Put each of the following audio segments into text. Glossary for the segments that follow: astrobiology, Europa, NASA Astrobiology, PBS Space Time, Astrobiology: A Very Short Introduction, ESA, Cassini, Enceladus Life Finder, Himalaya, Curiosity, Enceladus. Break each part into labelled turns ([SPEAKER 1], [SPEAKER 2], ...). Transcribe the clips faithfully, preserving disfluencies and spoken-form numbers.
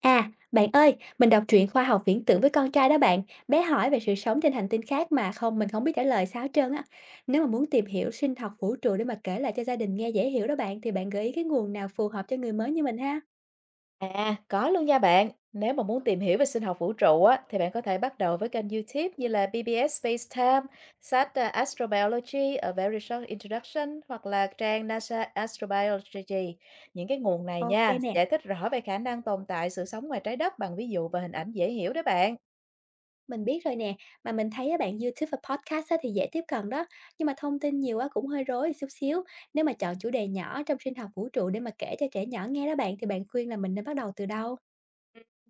[SPEAKER 1] À, bạn ơi, mình đọc truyện khoa học viễn tưởng với con trai đó bạn. Bé hỏi về sự sống trên hành tinh khác mà không mình không biết trả lời sao hết trơn á. Nếu mà muốn tìm hiểu sinh học vũ trụ để mà kể lại cho gia đình nghe dễ hiểu đó bạn thì bạn gợi ý cái nguồn nào phù hợp cho người mới như mình ha.
[SPEAKER 2] À, có luôn nha bạn. Nếu mà muốn tìm hiểu về sinh học vũ trụ á, thì bạn có thể bắt đầu với kênh YouTube như là pê bê ét Space Time, sách uh, Astrobiology, A Very Short Introduction hoặc là trang NASA Astrobiology. Những cái nguồn này
[SPEAKER 1] Ok
[SPEAKER 2] nha,
[SPEAKER 1] nè,
[SPEAKER 2] giải thích rõ về khả năng tồn tại sự sống ngoài trái đất bằng ví dụ và hình ảnh dễ hiểu đó bạn.
[SPEAKER 1] mình biết rồi nè. Mà mình thấy á bạn, YouTube và podcast á thì dễ tiếp cận đó, nhưng mà thông tin nhiều á cũng hơi rối chút xíu. Nếu mà chọn chủ đề nhỏ trong sinh học vũ trụ để mà kể cho trẻ nhỏ nghe đó bạn thì bạn khuyên là mình nên bắt đầu từ đâu?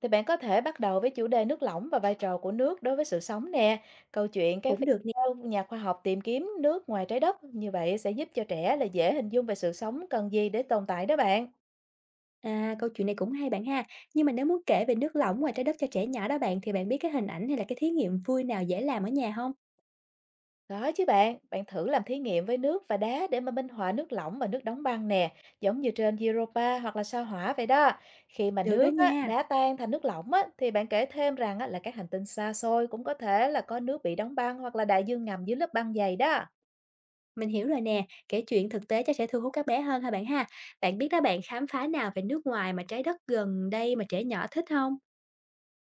[SPEAKER 2] Thì bạn có thể bắt đầu với chủ đề nước lỏng và vai trò của nước đối với sự sống nè. Câu chuyện các
[SPEAKER 1] Cũng
[SPEAKER 2] vị
[SPEAKER 1] được.
[SPEAKER 2] nhà khoa học tìm kiếm nước ngoài trái đất như vậy sẽ giúp cho trẻ là dễ hình dung về sự sống cần gì để tồn tại đó bạn.
[SPEAKER 1] À, câu chuyện này cũng hay bạn ha. Nhưng mà nếu muốn kể về nước lỏng ngoài trái đất cho trẻ nhỏ đó bạn thì bạn biết cái hình ảnh hay là cái thí nghiệm vui nào dễ làm ở nhà không?
[SPEAKER 2] Có chứ bạn, bạn thử làm thí nghiệm với nước và đá để mà minh họa nước lỏng và nước đóng băng nè, giống như trên Europa hoặc là sao Hỏa vậy đó. Khi mà
[SPEAKER 1] Được đó
[SPEAKER 2] nước á,
[SPEAKER 1] nha.
[SPEAKER 2] đá tan thành nước lỏng á, thì bạn kể thêm rằng á, là các hành tinh xa xôi cũng có thể là có nước bị đóng băng hoặc là đại dương ngầm dưới lớp băng dày đó.
[SPEAKER 1] Mình hiểu rồi nè, kể chuyện thực tế chắc sẽ thu hút các bé hơn ha bạn ha. Bạn biết đó bạn, khám phá nào về nước ngoài mà trái đất gần đây mà trẻ nhỏ thích không?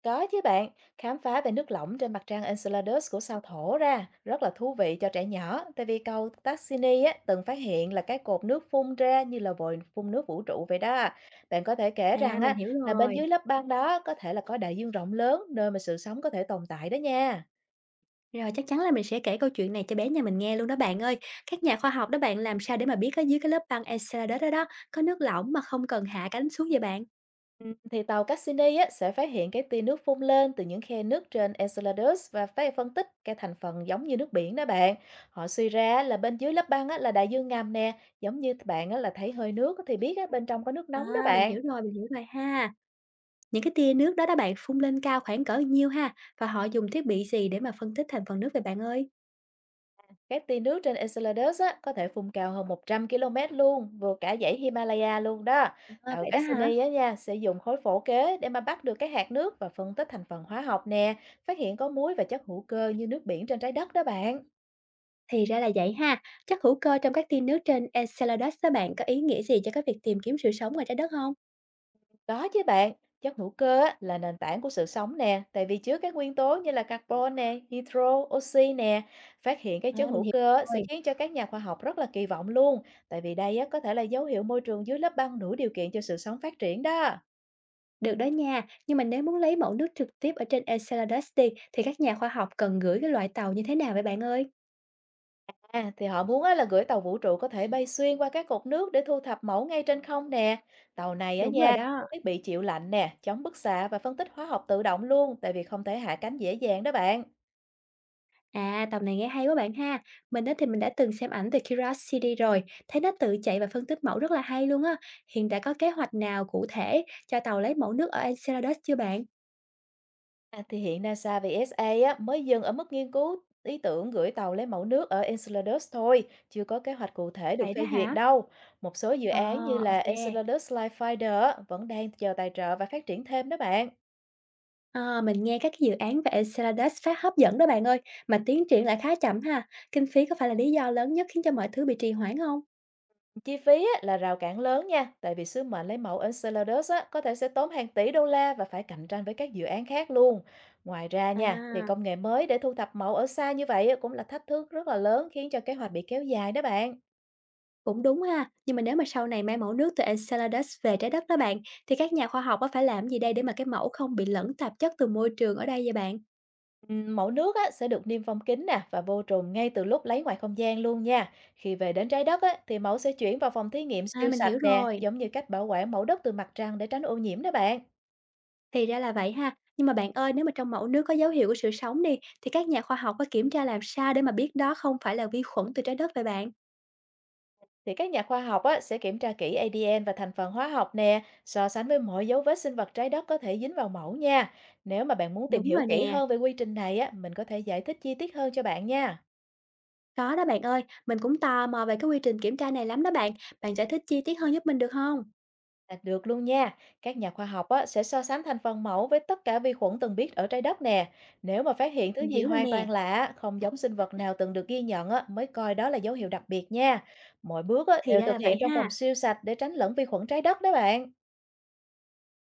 [SPEAKER 2] Có chứ bạn, khám phá về nước lỏng trên mặt trăng Enceladus của sao Thổ ra rất là thú vị cho trẻ nhỏ, tại vì cầu Cassini á, từng phát hiện là cái cột nước phun ra như là vòi phun nước vũ trụ vậy đó. Bạn có thể kể
[SPEAKER 1] À,
[SPEAKER 2] rằng
[SPEAKER 1] mình
[SPEAKER 2] á,
[SPEAKER 1] hiểu
[SPEAKER 2] là bên
[SPEAKER 1] rồi.
[SPEAKER 2] dưới lớp băng đó có thể là có đại dương rộng lớn nơi mà sự sống có thể tồn tại đó nha.
[SPEAKER 1] Rồi chắc chắn là mình sẽ kể câu chuyện này cho bé nhà mình nghe luôn đó bạn ơi. Các nhà khoa học đó bạn làm sao để mà biết ở dưới cái lớp băng Enceladus đó đó có nước lỏng mà không cần hạ cánh xuống vậy bạn?
[SPEAKER 2] Ừ, thì tàu Cassini á, sẽ phát hiện cái tia nước phun lên từ những khe nước trên Enceladus và phải phân tích cái thành phần giống như nước biển đó bạn. Họ suy ra là bên dưới lớp băng á, là đại dương ngầm nè, giống như bạn á, là thấy hơi nước á, thì biết á, bên trong có nước nóng đó
[SPEAKER 1] À, mình
[SPEAKER 2] bạn.
[SPEAKER 1] hiểu rồi, mình hiểu rồi ha. Những cái tia nước đó đó bạn phun lên cao khoảng cỡ nhiêu ha? Và họ dùng thiết bị gì để mà phân tích thành phần nước vậy bạn ơi?
[SPEAKER 2] Cái tia nước trên Enceladus á, có thể phun cao hơn một trăm ki lô mét luôn, vượt cả dãy Himalaya luôn đó.
[SPEAKER 1] À,
[SPEAKER 2] Tàu
[SPEAKER 1] vậy đó hả?
[SPEAKER 2] Cassini á nha sẽ dùng khối phổ kế để mà bắt được cái hạt nước và phân tích thành phần hóa học nè, phát hiện có muối và chất hữu cơ như nước biển trên trái đất đó bạn.
[SPEAKER 1] Thì ra là vậy ha. Chắc hữu cơ trong các tia nước trên Enceladus đó bạn có ý nghĩa gì cho cái việc tìm kiếm sự sống ngoài trái đất không?
[SPEAKER 2] Có chứ bạn, chất hữu cơ á, là nền tảng của sự sống nè, tại vì chứa các nguyên tố như là carbon nè, hydro, oxy nè. Phát hiện cái
[SPEAKER 1] À,
[SPEAKER 2] chất
[SPEAKER 1] mình
[SPEAKER 2] hữu
[SPEAKER 1] hiểu
[SPEAKER 2] cơ á, sẽ
[SPEAKER 1] rồi.
[SPEAKER 2] khiến cho các nhà khoa học rất là kỳ vọng luôn, tại vì đây á, có thể là dấu hiệu môi trường dưới lớp băng đủ điều kiện cho sự sống phát triển đó.
[SPEAKER 1] Được đó nha. Nhưng mà nếu muốn lấy mẫu nước trực tiếp ở trên Enceladus đi thì các nhà khoa học cần gửi cái loại tàu như thế nào vậy bạn ơi?
[SPEAKER 2] À, thì họ muốn á, là gửi tàu vũ trụ có thể bay xuyên qua các cột nước để thu thập mẫu ngay trên không nè. Tàu này á
[SPEAKER 1] Đúng rồi
[SPEAKER 2] nha, có
[SPEAKER 1] đó.
[SPEAKER 2] thiết bị chịu lạnh nè, chống bức xạ và phân tích hóa học tự động luôn, tại vì không thể hạ cánh dễ dàng đó bạn.
[SPEAKER 1] À, tầm này nghe hay quá bạn ha. Mình đó thì mình đã từng xem ảnh từ Curiosity rồi, thấy nó tự chạy và phân tích mẫu rất là hay luôn á. Hiện đã có kế hoạch nào cụ thể cho tàu lấy mẫu nước ở Enceladus chưa bạn?
[SPEAKER 2] À, thì hiện NASA và e ét a á, mới dừng ở mức nghiên cứu ý tưởng gửi tàu lấy mẫu nước ở Enceladus thôi, chưa có kế hoạch cụ thể được
[SPEAKER 1] Vậy đó
[SPEAKER 2] phê duyệt
[SPEAKER 1] hả?
[SPEAKER 2] đâu. Một số dự
[SPEAKER 1] Ờ,
[SPEAKER 2] án như là
[SPEAKER 1] ok.
[SPEAKER 2] Enceladus Life Finder á, vẫn đang chờ tài trợ và phát triển thêm đó bạn.
[SPEAKER 1] Ờ, mình nghe các cái dự án về Enceladus phát hấp dẫn đó bạn ơi, mà tiến triển lại khá chậm ha. Kinh phí có phải là lý do lớn nhất khiến cho mọi thứ bị trì hoãn không?
[SPEAKER 2] Chi phí á, là rào cản lớn nha, tại vì sứ mệnh lấy mẫu Enceladus á, có thể sẽ tốn hàng tỷ đô la và phải cạnh tranh với các dự án khác luôn. Ngoài ra nha, thì
[SPEAKER 1] À.
[SPEAKER 2] công nghệ mới để thu thập mẫu ở xa như vậy á, cũng là thách thức rất là lớn khiến cho kế hoạch bị kéo dài đó bạn.
[SPEAKER 1] Cũng đúng ha, nhưng mà nếu mà sau này mang mẫu nước từ Enceladus về trái đất đó bạn, thì các nhà khoa học có phải làm gì đây để mà cái mẫu không bị lẫn tạp chất từ môi trường ở đây vậy bạn?
[SPEAKER 2] Ừm, Mẫu nước á, sẽ được niêm phong kín nè và vô trùng ngay từ lúc lấy ngoài không gian luôn nha. Khi về đến trái đất á, thì mẫu sẽ chuyển vào phòng thí nghiệm
[SPEAKER 1] À
[SPEAKER 2] siêu
[SPEAKER 1] mình
[SPEAKER 2] sạch
[SPEAKER 1] hiểu
[SPEAKER 2] nè,
[SPEAKER 1] rồi,
[SPEAKER 2] giống như cách bảo quản mẫu đất từ mặt trăng để tránh ô nhiễm đó bạn.
[SPEAKER 1] thì ra là vậy ha. Nhưng mà bạn ơi, nếu mà trong mẫu nước có dấu hiệu của sự sống đi, thì các nhà khoa học có kiểm tra làm sao để mà biết đó không phải là vi khuẩn từ trái đất vậy bạn?
[SPEAKER 2] Thì các nhà khoa học á, sẽ kiểm tra kỹ a đê en và thành phần hóa học nè, so sánh với mọi dấu vết sinh vật trái đất có thể dính vào mẫu nha. Nếu mà bạn muốn tìm
[SPEAKER 1] Đúng
[SPEAKER 2] hiểu
[SPEAKER 1] rồi
[SPEAKER 2] kỹ
[SPEAKER 1] nè,
[SPEAKER 2] hơn về quy trình này á, mình có thể giải thích chi tiết hơn cho bạn nha.
[SPEAKER 1] có đó bạn ơi, mình cũng tò mò về cái quy trình kiểm tra này lắm đó bạn. Bạn giải thích chi tiết hơn giúp mình được không?
[SPEAKER 2] Là được luôn nha. Các nhà khoa học á, sẽ so sánh thành phần mẫu với tất cả vi khuẩn từng biết ở trái đất nè. Nếu mà phát hiện thứ
[SPEAKER 1] Mình
[SPEAKER 2] gì
[SPEAKER 1] hiểu rồi
[SPEAKER 2] hoàn
[SPEAKER 1] nè,
[SPEAKER 2] toàn lạ, không giống sinh vật nào từng được ghi nhận á, mới coi đó là dấu hiệu đặc biệt nha. Mọi bước á,
[SPEAKER 1] thì
[SPEAKER 2] đều
[SPEAKER 1] ra
[SPEAKER 2] thực
[SPEAKER 1] là vậy
[SPEAKER 2] hiện trong
[SPEAKER 1] ha.
[SPEAKER 2] phòng siêu sạch để tránh lẫn vi khuẩn trái đất đó bạn.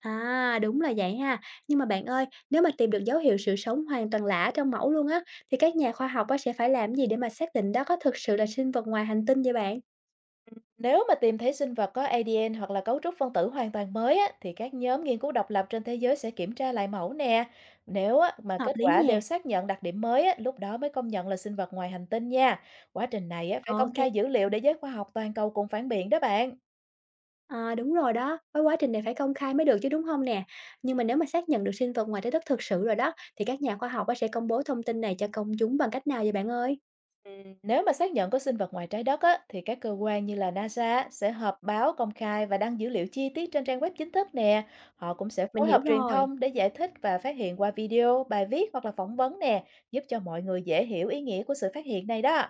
[SPEAKER 1] À, đúng là vậy ha. Nhưng mà bạn ơi, nếu mà tìm được dấu hiệu sự sống hoàn toàn lạ trong mẫu luôn á, thì các nhà khoa học á sẽ phải làm gì để mà xác định đó có thực sự là sinh vật ngoài hành tinh vậy bạn?
[SPEAKER 2] Nếu mà tìm thấy sinh vật có a đê en hoặc là cấu trúc phân tử hoàn toàn mới á, thì các nhóm nghiên cứu độc lập trên thế giới sẽ kiểm tra lại mẫu nè. Nếu á, mà
[SPEAKER 1] Hợp
[SPEAKER 2] kết
[SPEAKER 1] lý
[SPEAKER 2] quả đều
[SPEAKER 1] nè.
[SPEAKER 2] xác nhận đặc điểm mới á, lúc đó mới công nhận là sinh vật ngoài hành tinh nha. Quá trình này á, phải công
[SPEAKER 1] Ok.
[SPEAKER 2] khai dữ liệu để giới khoa học toàn cầu cùng phản biện đó bạn.
[SPEAKER 1] À, đúng rồi đó, với quá trình này phải công khai mới được chứ đúng không nè? Nhưng mà nếu mà xác nhận được sinh vật ngoài trái đất thực sự rồi đó, thì các nhà khoa học á sẽ công bố thông tin này cho công chúng bằng cách nào vậy bạn ơi?
[SPEAKER 2] Ừm, Nếu mà xác nhận có sinh vật ngoài trái đất á, thì các cơ quan như là NASA á, sẽ họp báo công khai và đăng dữ liệu chi tiết trên trang web chính thức nè. Họ cũng sẽ
[SPEAKER 1] Mình
[SPEAKER 2] phối
[SPEAKER 1] hiểu
[SPEAKER 2] hợp truyền
[SPEAKER 1] rồi.
[SPEAKER 2] thông để giải thích và phát hiện qua video, bài viết hoặc là phỏng vấn nè, giúp cho mọi người dễ hiểu ý nghĩa của sự phát hiện này đó.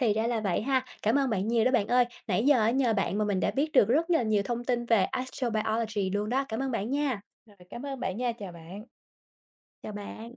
[SPEAKER 1] Thì ra là vậy ha. Cảm ơn bạn nhiều đó bạn ơi. Nãy giờ á, nhờ bạn mà mình đã biết được rất là nhiều thông tin về astrobiology luôn đó. Cảm ơn bạn nha.
[SPEAKER 2] Rồi, cảm ơn bạn nha, chào bạn.
[SPEAKER 1] Chào bạn.